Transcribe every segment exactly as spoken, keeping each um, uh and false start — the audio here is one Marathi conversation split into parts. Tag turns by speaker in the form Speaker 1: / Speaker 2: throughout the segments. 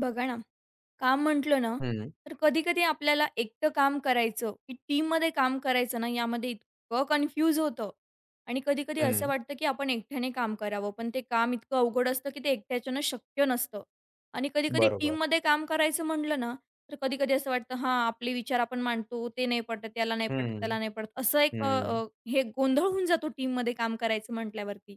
Speaker 1: बघा ना, काम म्हटलं ना,
Speaker 2: हं,
Speaker 1: तर कधी-कधी आपल्याला एकटं काम करायचं, की टीममध्ये काम करायचं ना, यामध्ये इतकं कन्फ्यूज होतं आणि कधी-कधी असं
Speaker 2: हं.
Speaker 1: वाटतं, की आपण एकट्याने काम करावं, पण ते काम इतकं अवघड असतं, की ते एकट्याच्यानं शक्य नसतं आणि कधी-कधी
Speaker 2: बरोबर.
Speaker 1: टीममध्ये काम करायचं म्हटलं ना, तर कधी-कधी असं वाटतं, हां, आपले विचार आपण मांडतो, ते नाही पटत, याला नाही पटत,
Speaker 2: हं,
Speaker 1: त्याला नाही पटत. असं एक अ,
Speaker 2: हं.
Speaker 1: अ, हे गोंधळ होऊन जातो टीममध्ये काम करायचं म्हटल्यावरती.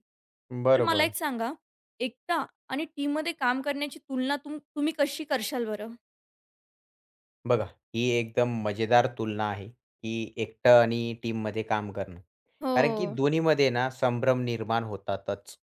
Speaker 1: तर मला
Speaker 2: बरोबर.
Speaker 1: एक सांगा, एकटा आणि टीममध्ये काम करण्याची तुलना तुम तुम्ही कशी करशाल बरं?
Speaker 2: बघा, ही एकदम मजेदार तुलना आहे, की एकटं आणि टीममध्ये काम करणं. कारण की
Speaker 1: हो,
Speaker 2: दोन्हीमध्ये ना संभ्रम निर्माण होतातच,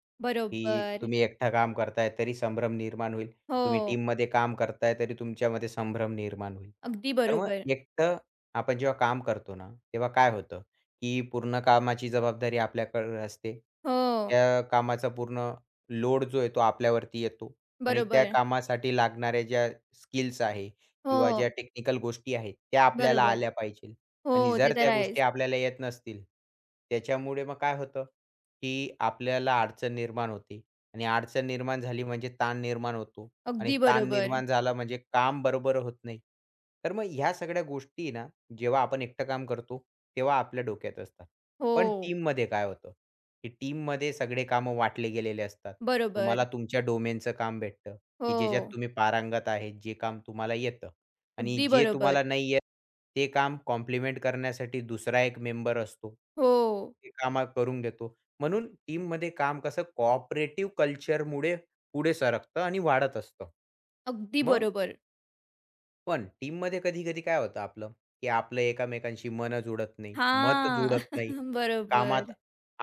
Speaker 2: की
Speaker 1: बरोबर.
Speaker 2: तुम्ही एकटा काम करताय तरी संभ्रम निर्माण होईल. तुम्ही
Speaker 1: हो,
Speaker 2: टीममध्ये काम करताय तरी तुमच्यामध्ये संभ्रम निर्माण होईल.
Speaker 1: अगदी
Speaker 2: तर मग
Speaker 1: बरोबर.
Speaker 2: एकटं आपण जेव्हा काम करतो ना, तेव्हा काय होतं, की पूर्ण कामाची जबाबदारी आपल्याकडे असते.
Speaker 1: हो,
Speaker 2: त्या कामाचा पूर्ण लोड जो आहे तो आपल्यावरती येतो आणि त्या
Speaker 1: बरोबर.
Speaker 2: कामासाठी लागणाऱ्या ज्या स्किल्स आहे किंवा
Speaker 1: हो,
Speaker 2: ज्या टेक्निकल गोष्टी आहेत, त्या आपल्याला
Speaker 1: बरोबर.
Speaker 2: आल्या पाहिजेल
Speaker 1: हो,
Speaker 2: आणि
Speaker 1: ते
Speaker 2: जर
Speaker 1: तर
Speaker 2: त्या
Speaker 1: आहेच.
Speaker 2: गोष्टी आपल्याला येत नसतील, त्याच्यामुळे मग काय होतं, की आपल्याला अडचण निर्माण होते आणि अडचण निर्माण झाली म्हणजे ताण निर्माण होतो आणि
Speaker 1: अगदी
Speaker 2: ताण
Speaker 1: बरोबर.
Speaker 2: निर्माण झाला म्हणजे काम बरोबर होत नाही. तर मग ह्या सगळ्या गोष्टी ना, जेव्हा आपण एकटं काम करतो, तेव्हा आपल्या डोक्यात असतात. पण
Speaker 1: हो,
Speaker 2: टीममध्ये काय होतं, की टीममध्ये सगळे कामं वाटले गेलेले असतात. तुम्हाला
Speaker 1: बरोबर.
Speaker 2: तुमच्या डोमेनचं काम भेटतं, की ज्याच्यात
Speaker 1: हो,
Speaker 2: तुम्ही पारंगत आहेत, जे काम तुम्हाला येतं. आणि
Speaker 1: अगदी
Speaker 2: जे
Speaker 1: बरोबर.
Speaker 2: तुम्हाला नाही येत, ते काम कॉम्प्लिमेंट करण्यासाठी दुसरा एक मेंबर असतो.
Speaker 1: हो,
Speaker 2: ते काम करून घेतो. म्हणून टीममध्ये काम कसं कोऑपरेटिव्ह कल्चरमुळे पुढे सरकतं आणि वाढत असतं.
Speaker 1: अगदी
Speaker 2: मग
Speaker 1: बरोबर.
Speaker 2: पण टीममध्ये कधी-कधी काय होतं आपलं, की आपलं एकमेकांशी मन जुडत नाही, मत
Speaker 1: हां,
Speaker 2: जुडत नाही. कामात
Speaker 1: बरोबर.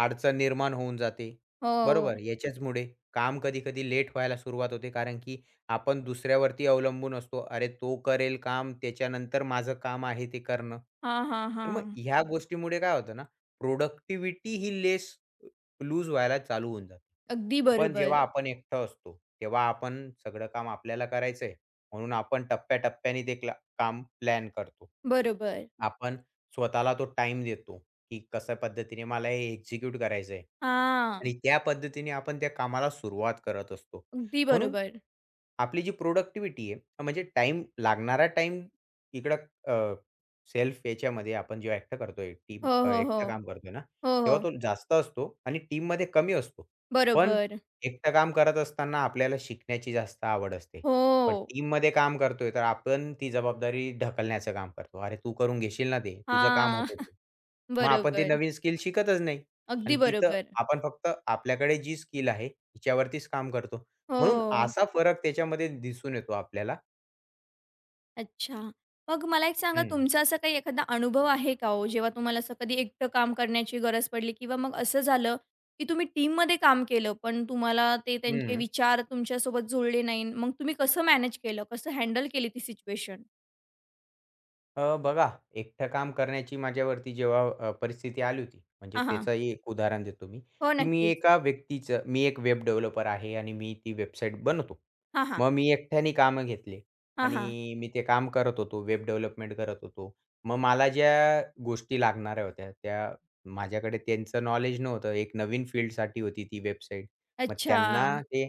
Speaker 2: अडचण निर्माण होऊन जाते.
Speaker 1: हो.
Speaker 2: बरोबर. याच्याचमुळे काम कधी-कधी लेट व्हायला सुरुवात होते, कारण की आपण दुसऱ्यावरती अवलंबून असतो. अरे, तो करेल काम, त्याच्यानंतर माझं काम आहे ते करणं.
Speaker 1: हां, हां,
Speaker 2: तर मग
Speaker 1: हां.
Speaker 2: ह्या गोष्टीमुळे काय होतं ना, प्रोडक्टिव्हिटी ही लेस लूज व्हायला चालू होऊन जाते.
Speaker 1: अगदी
Speaker 2: पण
Speaker 1: बरोबर.
Speaker 2: जेव्हा हो. आपण एकटं असतो, तेव्हा आपण सगळं काम आपल्याला करायचं म्हणून आपण टप्प्याटप्प्याने ते क्ला काम प्लॅन करतो.
Speaker 1: बरोबर.
Speaker 2: हं. आपण स्वतःला तो टाइम देतो, की कशा पद्धतीने मला हे एक्झिक्यूट करायचं आहे आणि
Speaker 1: हां,
Speaker 2: त्या पद्धतीने आपण त्या कामाला सुरुवात करत असतो.
Speaker 1: अगदी
Speaker 2: म्हणून
Speaker 1: बरोबर.
Speaker 2: आपली जी प्रोडक्टिव्हिटी आहे म्हणजे टाईम लागणारा टाइम इकडं सेल्फ याच्यामध्ये आपण जेव्हा एकटं करतोय टीम
Speaker 1: हो,
Speaker 2: अ,
Speaker 1: हो, हो.
Speaker 2: एकटं काम करतोय ना,
Speaker 1: हो,
Speaker 2: तेव्हा
Speaker 1: हो.
Speaker 2: तो जास्त असतो आणि टीममध्ये कमी असतो. पण
Speaker 1: बरोबर.
Speaker 2: एकटं काम करत असताना आपल्याला शिकण्याची जास्त आवड असते. पण
Speaker 1: हो.
Speaker 2: टीममध्ये काम करतोय तर आपण ती जबाबदारी ढकलण्याचं काम करतो. "अरे, तू करून घेशील ना ते, तुझं काम
Speaker 1: हां,
Speaker 2: होतं ते." मग आपण ती
Speaker 1: बरोबर.
Speaker 2: नवीन स्किल शिकतच नाही
Speaker 1: अगदी
Speaker 2: आणि तिथं
Speaker 1: बरोबर.
Speaker 2: आपण फक्त आपल्याकडे जी स्किल आहे, तिच्यावरतीच काम करतो. म्हणून
Speaker 1: हो.
Speaker 2: असा फरक त्याच्यामध्ये दिसून येतो आपल्याला.
Speaker 1: अच्छा. मग मला एक सांगा
Speaker 2: हं,
Speaker 1: तुमचा असा काही एखादा अनुभव आहे का हो? जेव्हा तुम्हाला असं कधी एकटं काम करण्याची गरज पडली किंवा मग असं झालं, की तुम्ही टीममध्ये काम केलं, पण तुम्हाला ते त्यांचे
Speaker 2: हं.
Speaker 1: विचार तुमच्यासोबत जुळले नाही. मग तुम्ही कसं मॅनेज केलं? कसं हँडल केली ती सिच्युएशन?
Speaker 2: अ, बघा, एकटं काम करण्याची माझ्यावरती जेव्हा अ, परिस्थिती आली होती, म्हणजे
Speaker 1: हां, हां.
Speaker 2: त्याचंही एक उदाहरण देतो मी,
Speaker 1: हो,
Speaker 2: की मी
Speaker 1: नक्कीच.
Speaker 2: एका व्यक्तीचं मी एक वेब डेव्हलपर आहे आणि मी ती वेबसाईट बनवतो.
Speaker 1: हां, हां.
Speaker 2: मग मी एकट्याने कामं घेतले
Speaker 1: हां, हां.
Speaker 2: आणि मी ते काम करत होतो, वेब डेव्हलपमेंट करत होतो. मग मला ज्या गोष्टी लागणाऱ्या होत्या, त्या माझ्याकडे त्यांचं नॉलेज नव्हतं. एक नवीन फील्डसाठी होती ती वेबसाईट. मग
Speaker 1: अच्छा.
Speaker 2: त्यांना ते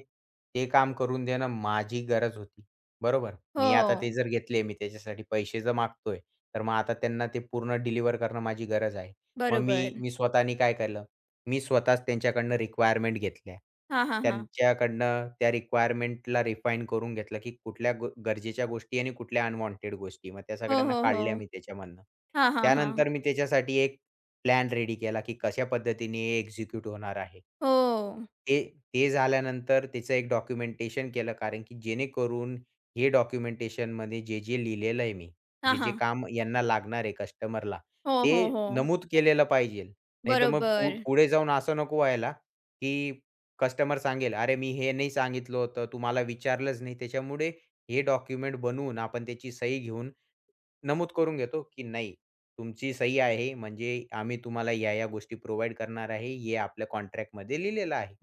Speaker 2: ते काम करून देणं माझी गरज होती, बरोबर. मी
Speaker 1: हो.
Speaker 2: आता ते जर घेतले, मी त्याच्यासाठी पैसे जर मागतोय, तर मग आता त्यांना ते पूर्ण डिलिव्हर करणं माझी गरज आहे. मग मी
Speaker 1: बरोबर.
Speaker 2: मी स्वतःनी काय केलं, मी स्वतःच त्यांच्याकडनं रिक्वायरमेंट घेतल्या.
Speaker 1: हां, हां, हां.
Speaker 2: त्यांच्याकडनं त्या रिक्वायरमेंटला रिफाईन करून घेतलं, की कुठल्या ग गरजेच्या गोष्टी आणि कुठल्या अनवॉन्टेड गोष्टी. मग त्या
Speaker 1: हो,
Speaker 2: सगळ्यांना
Speaker 1: हो, हो.
Speaker 2: काढल्या मी त्याच्यामधनं.
Speaker 1: हां, हां, हां.
Speaker 2: त्यानंतर मी त्याच्यासाठी एक प्लॅन रेडी केला, की कशा पद्धतीने हे एक्झिक्यूट होणार आहे.
Speaker 1: हो.
Speaker 2: ते ते झाल्यानंतर त्याचं एक डॉक्युमेंटेशन केलं कारण की जेणेकरून हे डॉक्युमेंटेशनमध्ये जे, जे लिहिलेलं आहे मी,
Speaker 1: हां,
Speaker 2: जे, जे
Speaker 1: हां.
Speaker 2: काम यांना लागणार आहे कस्टमरला,
Speaker 1: हो, हो,
Speaker 2: ते
Speaker 1: हो.
Speaker 2: नमूद केलेलं पाहिजे. नाहीतर मग पु
Speaker 1: बरोबर.
Speaker 2: पुढे जाऊन असं नको व्हायला, की कस्टमर सांगेल, "अरे, मी हे नाही सांगितलं होतं, तू विचारलंच नाही." त्याच्यामुळे हे डॉक्युमेंट बनवून आपण त्याची सही घेऊन नमूद करून घेतो, की "नाही, तुमची सही आहे म्हणजे आम्ही तुम्हाला या, या गोष्टी प्रोव्हाईड करणार आहे. हे आपल्या कॉन्ट्रॅक्टमध्ये लिहिलेलं आहे."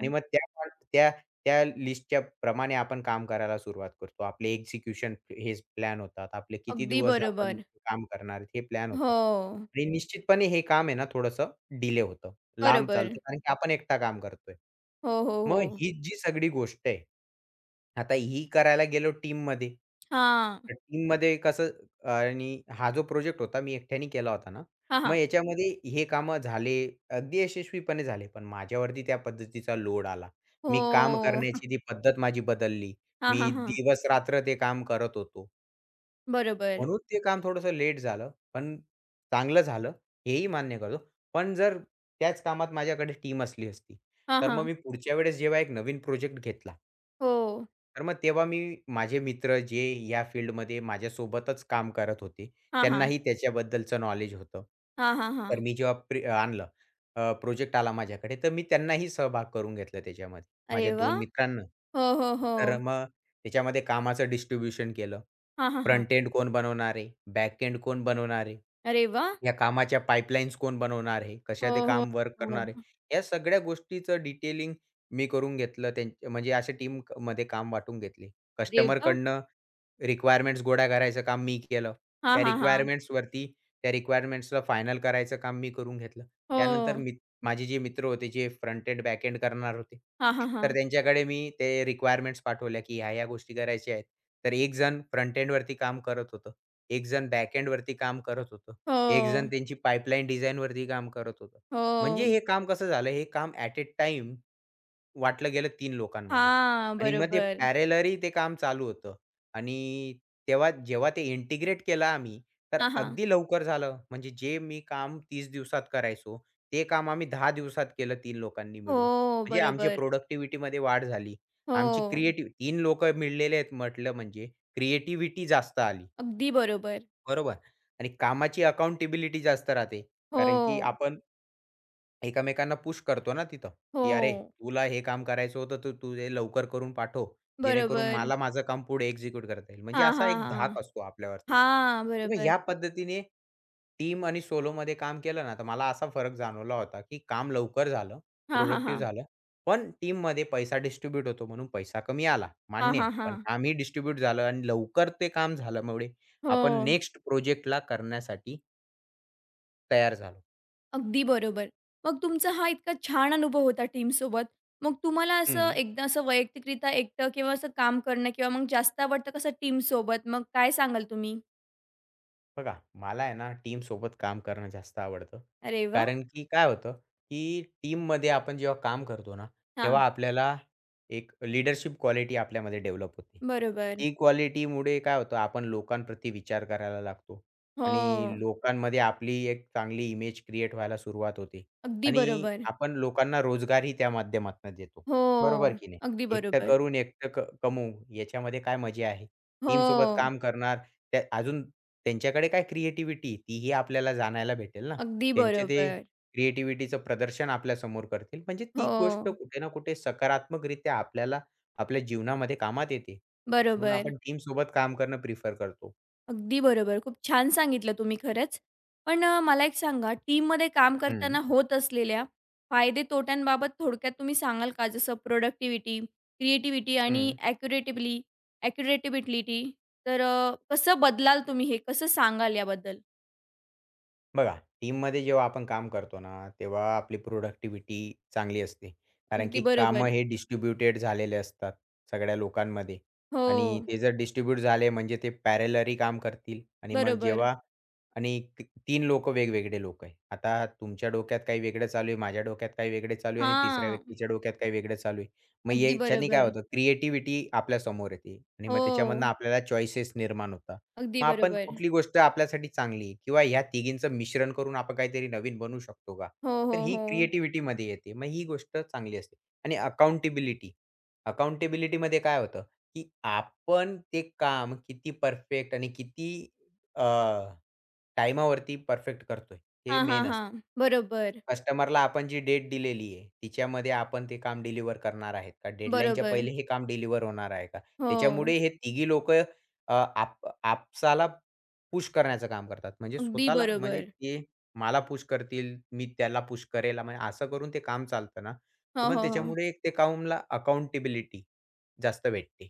Speaker 2: आणि मग त्या पण त्या त्या लिस्टच्या प्रमाणे आपण काम करायला सुरुवात करतो. आपले एक्झिक्युशन हे प्लॅन होतात. आपले किती
Speaker 1: अगदी
Speaker 2: दिवस आपण
Speaker 1: बरोबर.
Speaker 2: काम करणार हे प्लॅन
Speaker 1: हो.
Speaker 2: होतं. आणि निश्चितपणे हे काम आहे ना थोडंसं डिले होतं. लांब
Speaker 1: बरोबर.
Speaker 2: चालतं कारण की आपण एकटा काम करतोय.
Speaker 1: हो, हो,
Speaker 2: मग
Speaker 1: हो.
Speaker 2: ही जी सगळी गोष्ट आहे. आता ही करायला गेलो टीममध्ये.
Speaker 1: हां.
Speaker 2: तर टीममध्ये कसं आणि हा जो प्रोजेक्ट होता मी एकट्याने केला होता ना.
Speaker 1: हां,
Speaker 2: मग
Speaker 1: हां.
Speaker 2: याच्यामध्ये हे कामं झाले, अगदी यशस्वीपणे झाले. पण माझ्यावरती त्या पद्धतीचा लोड आला. मी काम
Speaker 1: हो.
Speaker 2: करण्याची ती पद्धत माझी बदलली.
Speaker 1: हां, हां,
Speaker 2: मी
Speaker 1: हां.
Speaker 2: दिवस-रात्र ते काम करत होतो.
Speaker 1: बरोबर.
Speaker 2: म्हणून ते काम थोडंसं लेट झालं, पण चांगलं झालं हेही मान्य करतो. पण जर त्याच कामात माझ्याकडे टीम असली असती,
Speaker 1: हां,
Speaker 2: तर मग
Speaker 1: हां.
Speaker 2: मी पुढच्या वेळेस जेव्हा एक नवीन प्रोजेक्ट घेतला
Speaker 1: हो.
Speaker 2: तर मग तेव्हा मी माझे मित्र जे या फील्डमध्ये माझ्यासोबतच काम करत होते,
Speaker 1: हां, हां.
Speaker 2: त्यांनाही त्याच्याबद्दलचं नॉलेज होतं.
Speaker 1: हां, हां,
Speaker 2: तर
Speaker 1: हां.
Speaker 2: मी जेव्हा प्री आणलं प्रोजेक्ट आला माझ्याकडे, तर मी त्यांनाही सहभाग करून घेतलं त्याच्यामध्ये.
Speaker 1: अरे
Speaker 2: माझ्या
Speaker 1: वाह!
Speaker 2: दोन मित्रांना.
Speaker 1: हो, हो, हो.
Speaker 2: तर मग त्याच्यामध्ये कामाचं डिस्ट्रिब्युशन केलं.
Speaker 1: हां, हां, हां.
Speaker 2: फ्रंट एंड कोण बनवणार आहे? बॅक एंड कोण बनवणार आहे?
Speaker 1: अरे वाह!
Speaker 2: या कामाच्या पाईपलाईन्स कोण बनवणार आहे? कशा
Speaker 1: हो,
Speaker 2: ते
Speaker 1: हो,
Speaker 2: काम वर्क करणार आहे?
Speaker 1: हो.
Speaker 2: या सगळ्या गोष्टीचं डिटेलिंग मी करून घेतलं. त्यां म्हणजे अशा टीममध्ये काम वाटून घेतले.
Speaker 1: अरे वाह!
Speaker 2: कस्टमरकडनं रिक्वायरमेंट्स गोळा करायचं काम मी केलं.
Speaker 1: हां,
Speaker 2: त्या
Speaker 1: हां, हां.
Speaker 2: रिक्वायरमेंट्सवरती त्या रिक्वायरमेंट्सला फायनल करायचं काम मी करून घेतलं. त्यानंतर
Speaker 1: हो.
Speaker 2: मी माझे जे मित्र होते, जे फ्रंट एंड बॅक एंड करणार होते,
Speaker 1: हां, हां,
Speaker 2: तर
Speaker 1: हां.
Speaker 2: त्यांच्याकडे मी ते रिक्वायरमेंट्स पाठवल्या, की ह्या-ह्या गोष्टी करायच्या आहेत. तर एक जण फ्रंट एंडवरती काम करत होतं, एक जण बॅक एंडवरती काम करत होतं,
Speaker 1: हो.
Speaker 2: एक जण त्यांची पाइपलाईन डिझाइनवरती काम करत होतं. म्हणजे
Speaker 1: हो.
Speaker 2: हे काम कसं झालं, हे काम ॲट अ टाईम वाटलं गेलं तीन लोकांमध्ये
Speaker 1: हां.
Speaker 2: आणि मग ते
Speaker 1: बरोबर.
Speaker 2: पॅरलली ते काम चालू होतं आणि तेव्हा जेव्हा ते इंटिग्रेट केलं आम्ही, तर
Speaker 1: हां, हां.
Speaker 2: अगदी लवकर झालं. म्हणजे जे मी काम तीस दिवसात करायचो, ते काम आम्ही दहा दिवसात केलं तीन लोकांनी मिळून.
Speaker 1: हो.
Speaker 2: म्हणजे आमची
Speaker 1: बरोबर.
Speaker 2: प्रॉडक्टिव्हिटीमध्ये वाढ झाली.
Speaker 1: हो.
Speaker 2: आमची क्रिएटिव्ह तीन लोकं मिळलेले आहेत म्हटलं म्हणजे क्रिएटिव्हिटी जास्त आली,
Speaker 1: अगदी बरोबर.
Speaker 2: बरोबर? आणि कामाची अकाउंटेबिलिटी जास्त राहते. कारण की
Speaker 1: हो.
Speaker 2: आपण एकमेकांना पुश करतो ना तिथं, की "अरे,
Speaker 1: हो.
Speaker 2: तुला हे काम करायचं होतं, तर तू हे लवकर करून पाठव, जेणेकरून
Speaker 1: बरोबर.
Speaker 2: मला माझं काम पुढे एक्झिक्यूट करता येईल." म्हणजे
Speaker 1: हां,
Speaker 2: असा
Speaker 1: हां,
Speaker 2: एक
Speaker 1: हां.
Speaker 2: धाक असतो आपल्यावरती.
Speaker 1: हां,
Speaker 2: तर मग
Speaker 1: बरोबर.
Speaker 2: ह्या पद्धतीने टीम आणि सोलोमध्ये काम केलं ना, तर मला असा फरक जाणवला होता, की काम लवकर झालं,
Speaker 1: हां, हां,
Speaker 2: प्रोडक्टिव्ह
Speaker 1: हां.
Speaker 2: झालं, पण टीममध्ये पैसा डिस्ट्रिब्यूट होतो म्हणून पैसा कमी आला,
Speaker 1: हां,
Speaker 2: मान्य
Speaker 1: हां,
Speaker 2: आहे. पण
Speaker 1: हां.
Speaker 2: कामही डिस्ट्रिब्यूट झालं आणि लवकर ते काम झाल्यामुळे आपण
Speaker 1: हो,
Speaker 2: नेक्स्ट प्रोजेक्टला करण्यासाठी तयार झालो.
Speaker 1: अगदी बरोबर. मग तुमचा हा इतका छान अनुभव होता टीमसोबत. मग तुम्हाला असं
Speaker 2: हं.
Speaker 1: एकदा असं वैयक्तिकरित्या एकटं किंवा असं काम करणं किंवा मग जास्त आवडतं कसं टीमसोबत? मग काय सांगाल तुम्ही?
Speaker 2: बघा, मला आहे ना टीमसोबत काम करणं जास्त आवडतं.
Speaker 1: अरे वाह!
Speaker 2: कारण की काय होतं, की टीममध्ये आपण जेव्हा काम करतो ना,
Speaker 1: हां,
Speaker 2: तेव्हा आपल्याला एक लीडरशिप क्वालिटी आपल्यामध्ये डेव्हलप होते.
Speaker 1: बरोबर.
Speaker 2: ती क्वालिटीमुळे काय होतं, आपण लोकांप्रती विचार करायला लागतो आणि
Speaker 1: हो,
Speaker 2: लोकांमध्ये आपली एक चांगली इमेज क्रिएट व्हायला सुरुवात होते
Speaker 1: अगदी
Speaker 2: आणि
Speaker 1: बरोबर.
Speaker 2: आपण लोकांना रोजगारही त्या माध्यमातून देतो.
Speaker 1: हो,
Speaker 2: बरोबर की नाही?
Speaker 1: अगदी
Speaker 2: एकटं
Speaker 1: बरोबर.
Speaker 2: करून एकटं क कमवू याच्यामध्ये काय मजा आहे? टीमसोबत
Speaker 1: हो,
Speaker 2: काम करणार त्या अजून त्यांच्याकडे काय क्रिएटिव्हिटी तीही आपल्याला जाणायला भेटेल ना.
Speaker 1: अगदी
Speaker 2: त्यांचे ते
Speaker 1: बरोबर.
Speaker 2: क्रिएटिव्हिटीचं प्रदर्शन आपल्यासमोर करतील. म्हणजे ती
Speaker 1: हो,
Speaker 2: गोष्ट कुठे ना कुठे सकारात्मकरित्या आपल्याला आपल्या जीवनामध्ये कामात येते. म्हणून
Speaker 1: बरोबर.
Speaker 2: आपण टीम सोबत काम करणं प्रिफर करतो.
Speaker 1: अगदी बरोबर. खूप छान सांगितलं तुम्ही खरंच. पण अ, मला एक सांगा टीममध्ये काम
Speaker 2: हं,
Speaker 1: करताना होत असलेल्या फायदे-तोट्यांबाबत थोडक्यात तुम्ही सांगाल का? जसं प्रोडक्टिव्हिटी, क्रिएटिव्हिटी आणि
Speaker 2: हं.
Speaker 1: ॲक्युरेटिबली ॲक्युरेटिबिलिटी तर अ, कसं बदलाल तुम्ही हे? कसं सांगाल याबद्दल?
Speaker 2: बघा, टीममध्ये जेव्हा आपण काम करतो ना, तेव्हा आपली प्रोडक्टिव्हिटी चांगली असते. कारण
Speaker 1: अगदी
Speaker 2: की कामं
Speaker 1: बरोबर.
Speaker 2: हे डिस्ट्रिब्युटेड झालेले असतात सगळ्या लोकांमध्ये आणि
Speaker 1: हो,
Speaker 2: ते जर डिस्ट्रिब्यूट झाले म्हणजे ते पॅरेलरी काम करतील आणि मग
Speaker 1: बरोबर.
Speaker 2: जेव्हा आणि ती तीन लोकं वेगवेगळे लोकं आहे. आता तुमच्या डोक्यात काही वेगळं चालू आहे, माझ्या डोक्यात काही वेगळं चालू आहे आणि तिसऱ्या
Speaker 1: हां.
Speaker 2: व्यक्तीच्या डोक्यात काही वेगळं चालू आहे. मग
Speaker 1: अगदी
Speaker 2: याच्याने काय
Speaker 1: बरोबर.
Speaker 2: होतं क्रिएटिव्हिटी आपल्यासमोर येते आणि मग त्याच्यामधनं
Speaker 1: हो,
Speaker 2: आपल्याला चॉईसेस निर्माण होतात.
Speaker 1: अगदी
Speaker 2: मग आपण
Speaker 1: बरोबर.
Speaker 2: कुठली गोष्ट आपल्यासाठी चांगली आहे किंवा ह्या तिघींचं मिश्रण करून आपण काहीतरी नवीन बनवू शकतो का?
Speaker 1: हो,
Speaker 2: तर
Speaker 1: हो,
Speaker 2: ही creativity
Speaker 1: हो.
Speaker 2: क्रिएटिव्हिटीमध्ये येते. मग ही गोष्ट चांगली असते आणि अकाउंटेबिलिटी. अकाउंटेबिलिटीमध्ये काय होतं, की आपण ते काम किती परफेक्ट आणि किती अ, टाईमावरती परफेक्ट करतोय हे
Speaker 1: हां, हां,
Speaker 2: मेन असतं.
Speaker 1: हां. बरोबर,
Speaker 2: कस्टमरला आपण जी डेट दिलेली आहे, तिच्यामध्ये आपण ते काम डिलिव्हर करणार आहेत का? डेडलाईनच्या
Speaker 1: बरोबर.
Speaker 2: पहिले हे काम डिलिव्हर होणार आहे का?
Speaker 1: हो,
Speaker 2: त्याच्यामुळे हे तिघी लोक अ, आप आपसाला पुश करण्याचं काम करतात. म्हणजे
Speaker 1: अगदी
Speaker 2: स्वतःला
Speaker 1: बरोबर.
Speaker 2: म्हणजे ते मला पुश करतील, मी त्याला पुश करेल. म्हणजे असं करून ते काम चालतं ना, तर
Speaker 1: हो,
Speaker 2: मग
Speaker 1: हो, हो.
Speaker 2: त्याच्यामुळे एक ते कामला अकाउंटेबिलिटी जास्त भेटते.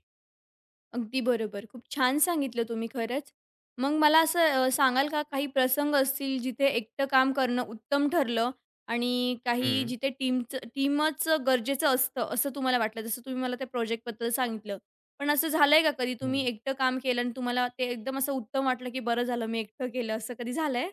Speaker 1: अगदी बरोबर. खूप छान सांगितलं तुम्ही खरंच. मग मला असं अ, सांगाल का काही प्रसंग असतील जिथे एकटं काम करणं उत्तम ठरलं आणि काही
Speaker 2: हं.
Speaker 1: जिथे टीमचं टीमच गरजेचं असतं, असं तुम्हाला वाटलं? जसं तुम्ही मला त्या प्रोजेक्टबद्दल सांगितलं. पण असं झालंय का कधी तुम्ही एकटं काम केलं आणि तुम्हाला ते एकदम असं उत्तम वाटलं, की बरं झालं मी एकटं केलं, असं कधी झालंय?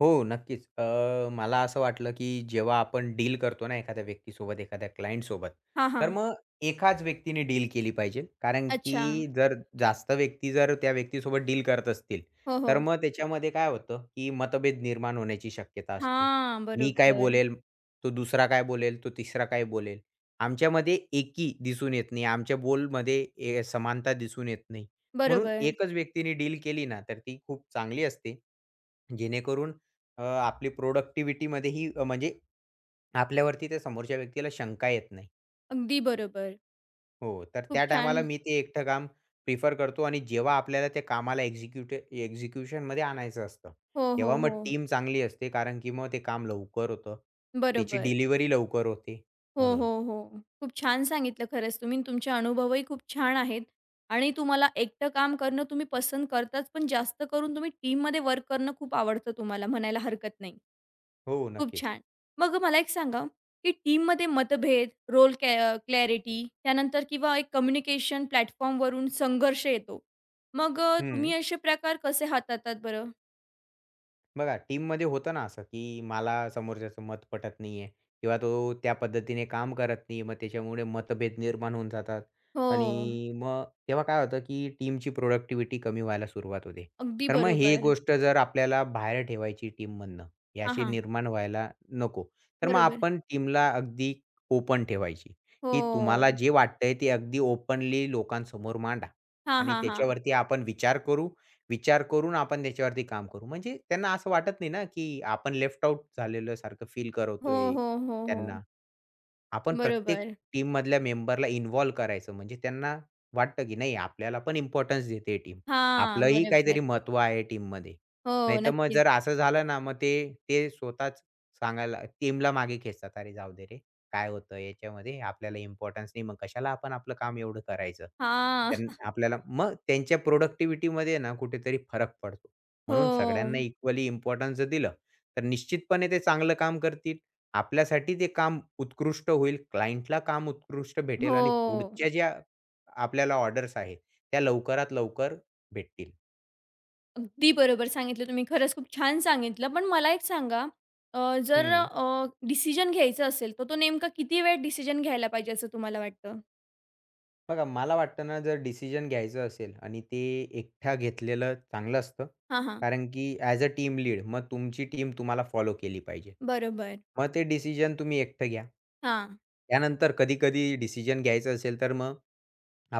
Speaker 2: हो, नक्कीच. अ, मला असं वाटलं, की जेव्हा आपण डील करतो ना एखाद्या व्यक्तीसोबत, एखाद्या क्लायंटसोबत,
Speaker 1: हां,
Speaker 2: तर
Speaker 1: हां.
Speaker 2: मग एकाच व्यक्तीने डील केली पाहिजे. कारण की
Speaker 1: अच्छा.
Speaker 2: जर जास्त व्यक्ती जर त्या व्यक्तीसोबत डील करत असतील,
Speaker 1: हो,
Speaker 2: तर
Speaker 1: हो.
Speaker 2: मग त्याच्यामध्ये काय होतं, की मतभेद निर्माण होण्याची शक्यता असते.
Speaker 1: हां.
Speaker 2: मी काय
Speaker 1: बरोबर.
Speaker 2: बोलेल, तो दुसरा काय बोलेल, तो तिसरा काय बोलेल. आमच्यामध्ये एकी दिसून येत नाही. आमच्या बोलमध्ये ए समानता दिसून येत नाही. म्हणून
Speaker 1: बरोबर.
Speaker 2: एकच व्यक्तीने डील केली ना, तर ती खूप चांगली असते. जेणेकरून अ, आपली प्रोडक्टिव्हिटीमध्येही अ, म्हणजे आपल्यावरती त्या समोरच्या व्यक्तीला शंका येत नाही.
Speaker 1: अगदी बरोबर.
Speaker 2: हो, तर
Speaker 1: खूप
Speaker 2: त्या
Speaker 1: छान.
Speaker 2: टायमाला मी ते एकटं काम प्रिफर करतो आणि जेव्हा आपल्याला त्या कामाला एक्झिक्युट एक्झिक्युशनमध्ये आणायचं असतं,
Speaker 1: हो, हो,
Speaker 2: तेव्हा मग
Speaker 1: हो.
Speaker 2: टीम चांगली असते कारण की मग ते काम लवकर होतं. त्याची
Speaker 1: बरोबर.
Speaker 2: डिलिव्हरी लवकर होते
Speaker 1: हो,
Speaker 2: म्हणून.
Speaker 1: हो, हो. खूप छान सांगितलं खरंच तुम्ही आणि तुमचे अनुभवही खूप छान आहेत आणि तुम्हाला एकटं काम करणं तुम्ही पसंत करताच, पण जास्त करून तुम्ही टीममध्ये वर्क करणं खूप आवडतं तुम्हाला म्हणायला हरकत नाही.
Speaker 2: हो,
Speaker 1: खूप
Speaker 2: नक्कीच.
Speaker 1: छान. मग मला एक सांगा, की टीममध्ये मतभेद, रोल क्लॅ क्लॅरिटी त्यानंतर किंवा एक कम्युनिकेशन प्लॅटफॉर्मवरून संघर्ष येतो. मग अ, तुम्ही
Speaker 2: हं.
Speaker 1: असे प्रकार कसे हाताळतात बरं?
Speaker 2: बघा, टीममध्ये होतं ना असं, की मला समोरच्याचं मत पटत नाहीये किंवा तो त्या पद्धतीने काम करत नाही. मग त्याच्यामुळे मतभेद निर्माण होऊन जातात
Speaker 1: हो,
Speaker 2: आणि मग तेव्हा काय होतं, की टीमची प्रोडक्टिव्हिटी कमी व्हायला सुरुवात होते.
Speaker 1: अगदी
Speaker 2: तर मग हे
Speaker 1: बरोबर.
Speaker 2: गोष्ट जर आपल्याला बाहेर ठेवायची टीममधनं,
Speaker 1: हां,
Speaker 2: ही
Speaker 1: हां.
Speaker 2: निर्माण व्हायला नको. तर मग
Speaker 1: बरोबर.
Speaker 2: आपण टीमला अगदी ओपन ठेवायची, की
Speaker 1: हो.
Speaker 2: तुम्हाला जे वाटतंय ते अगदी ओपनली लोकांसमोर मांडा
Speaker 1: हां,
Speaker 2: आणि
Speaker 1: हां, हां.
Speaker 2: त्याच्यावरती आपण विचार करू विचार करून आपण त्याच्यावरती काम करू. म्हणजे त्यांना असं वाटत नाही ना, की आपण लेफ्ट आउट झालेल्यासारखं फील
Speaker 1: हो,
Speaker 2: करतोय
Speaker 1: हो, हो,
Speaker 2: त्यांना.
Speaker 1: हो.
Speaker 2: आपण प्रत्येक
Speaker 1: बरोबर.
Speaker 2: टीममधल्या मेंबरला इन्व्हॉल्व करायचं. म्हणजे त्यांना वाटतं, की नाही आपल्याला पण इम्पोर्टन्स देते टीम.
Speaker 1: हां,
Speaker 2: आपलंही काहीतरी
Speaker 1: बरोबर.
Speaker 2: महत्त्व आहे टीममध्ये.
Speaker 1: हो,
Speaker 2: नाहीतर मग
Speaker 1: नक्कीच.
Speaker 2: जर असं झालं ना, मग ते ते स्वतःच सांगायला टीमला मागे खेचतात. "अरे जाऊ दे रे, काय होतं याच्यामध्ये? आपल्याला इम्पोर्टन्स नाही, मग कशाला आपण आपलं काम एवढं करायचं?"
Speaker 1: हां.
Speaker 2: त्यां आपल्याला मग त्यांच्या प्रोडक्टिव्हिटीमध्ये ना कुठेतरी फरक पडतो. म्हणून सगळ्यांना
Speaker 1: हो,
Speaker 2: इक्वली इम्पोर्टन्स दिलं, तर निश्चितपणे ते चांगलं काम करतील. आपल्यासाठी ते काम उत्कृष्ट होईल, क्लायंटला काम उत्कृष्ट भेटेल
Speaker 1: हो.
Speaker 2: आणि पुढच्या ज्या आपल्याला ऑर्डर्स आहेत, त्या लवकरात लवकर भेटतील.
Speaker 1: अगदी बरोबर सांगितलं तुम्ही. खरंच खूप छान सांगितलं. पण मला एक सांगा, अ, जर
Speaker 2: हं.
Speaker 1: अ, डिसिजन घ्यायचा असेल, तर तो नेमका किती वेळ डिसिजन घ्यायला पाहिजे असं तुम्हाला वाटतं?
Speaker 2: बघा मला वाटतं ना, जर डिसिजन घ्यायचं असेल आणि ते एकटा घेतलेलं चांगलं असतं.
Speaker 1: हां, हां.
Speaker 2: कारण की ॲज अ टीम लीड मग तुमची टीम तुम्हाला फॉलो केली पाहिजे.
Speaker 1: बरोबर.
Speaker 2: मग ते डिसिजन तुम्ही एकटं घ्या.
Speaker 1: हां,
Speaker 2: त्यानंतर कधी-कधी डिसिजन घ्यायचं असेल, तर मग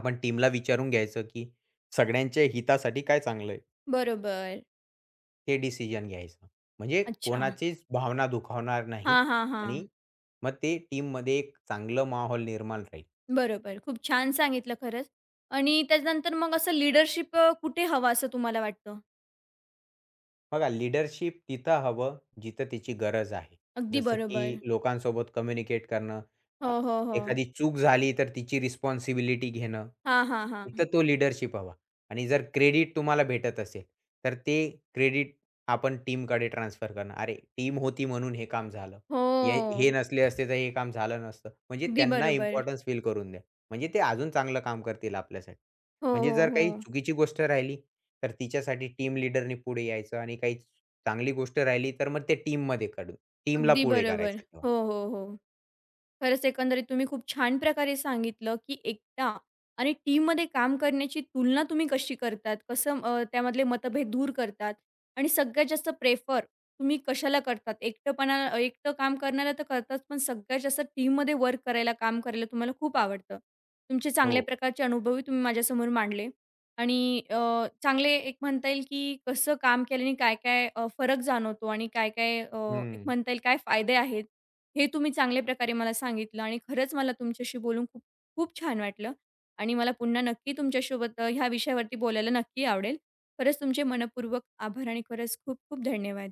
Speaker 2: आपण टीमला विचारून घ्यायचं, की सगळ्यांच्या हितासाठी काय चांगलं आहे?
Speaker 1: बरोबर.
Speaker 2: ते डिसिजन घ्यायचं. म्हणजे
Speaker 1: अच्छा.
Speaker 2: कोणाचीच भावना दुखावणार नाही
Speaker 1: हां, हां, हां.
Speaker 2: आणि मग ते टीममध्ये एक चांगलं माहौल निर्माण राहील.
Speaker 1: बरोबर. खूप छान सांगितलं खरंच. आणि त्याच्यानंतर मग असं लीडरशिप अ, कुठे हवं असं तुम्हाला वाटतं?
Speaker 2: बघा लीडरशिप तिथं हवं, जिथं तिची गरज आहे.
Speaker 1: अगदी
Speaker 2: जसं
Speaker 1: बरोबर.
Speaker 2: की लोकांसोबत कम्युनिकेट करणं, अ,
Speaker 1: हो, हो, हो.
Speaker 2: एखादी चूक झाली तर तिची रिस्पॉन्सिबिलिटी घेणं,
Speaker 1: हां, हां, हां.
Speaker 2: तिथं तो लीडरशिप हवा. आणि जर क्रेडिट तुम्हाला भेटत असेल, तर ते क्रेडिट आपण टीमकडे ट्रान्सफर करणं. "अरे, टीम होती म्हणून हे काम झालं.
Speaker 1: हो.
Speaker 2: हे हे नसले असते तर हे काम झालं नसतं." म्हणजे
Speaker 1: अगदी
Speaker 2: त्यांना
Speaker 1: बरोबर.
Speaker 2: इम्पोर्टन्स फील करून द्या. म्हणजे ते अजून चांगलं काम करतील आपल्यासाठी.
Speaker 1: हो,
Speaker 2: म्हणजे
Speaker 1: हो,
Speaker 2: जर
Speaker 1: हो.
Speaker 2: काही चुकीची गोष्ट राहिली तर तिच्यासाठी टीम लीडरनी पुढे यायचं आणि काही चांगली गोष्ट राहिली तर मग ते टीममध्ये काढून टीमला
Speaker 1: अगदी
Speaker 2: पुढे
Speaker 1: बरोबर.
Speaker 2: करायचं तेव्हा.
Speaker 1: हो, हो, हो. खरंच एकंदरीत तुम्ही खूप छान प्रकारे सांगितलं, की एकटा आणि टीममध्ये काम करण्याची तुलना तुम्ही कशी करतात? कसं अ, त्यामधले मतभेद दूर करतात? आणि सगळ्यात जास्त प्रेफर तुम्ही कशाला करतात? एकटेपणा एकटं काम करण्याला तर करतात, पण सगळ्यात जास्त टीममध्ये वर्क करायला, काम करायला तुम्हाला खूप आवडतं. तुमचे
Speaker 2: हो.
Speaker 1: चांगल्या प्रकारचे अनुभवही तुम्ही माझ्यासमोर मांडले आणि अ, चांगले एक म्हणता येईल, की कसं काम केल्याने काय-काय अ, फरक जाणवतो आणि काय-काय अ, एक
Speaker 2: हं.
Speaker 1: म्हणता येईल काय फायदे आहेत हे तुम्ही चांगल्या प्रकारे मला सांगितलं आणि खरंच मला तुमच्याशी बोलून खूप खूप छान वाटलं आणि मला पुन्हा नक्की तुमच्यासोबत अ, ह्या विषयावरती बोलायला नक्की आवडेल. खरंच तुमचे मनःपूर्वक आभार आणि खरंच खूप खूप धन्यवाद.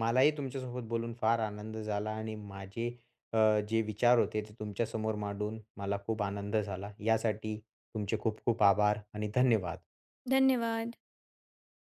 Speaker 2: मलाही तुमच्यासोबत बोलून फार आनंद झाला आणि माझे अ, जे विचार होते ते तुमच्यासमोर मांडून मला खूप आनंद झाला. यासाठी तुमचे खूप खूप आभार आणि धन्यवाद.
Speaker 1: धन्यवाद.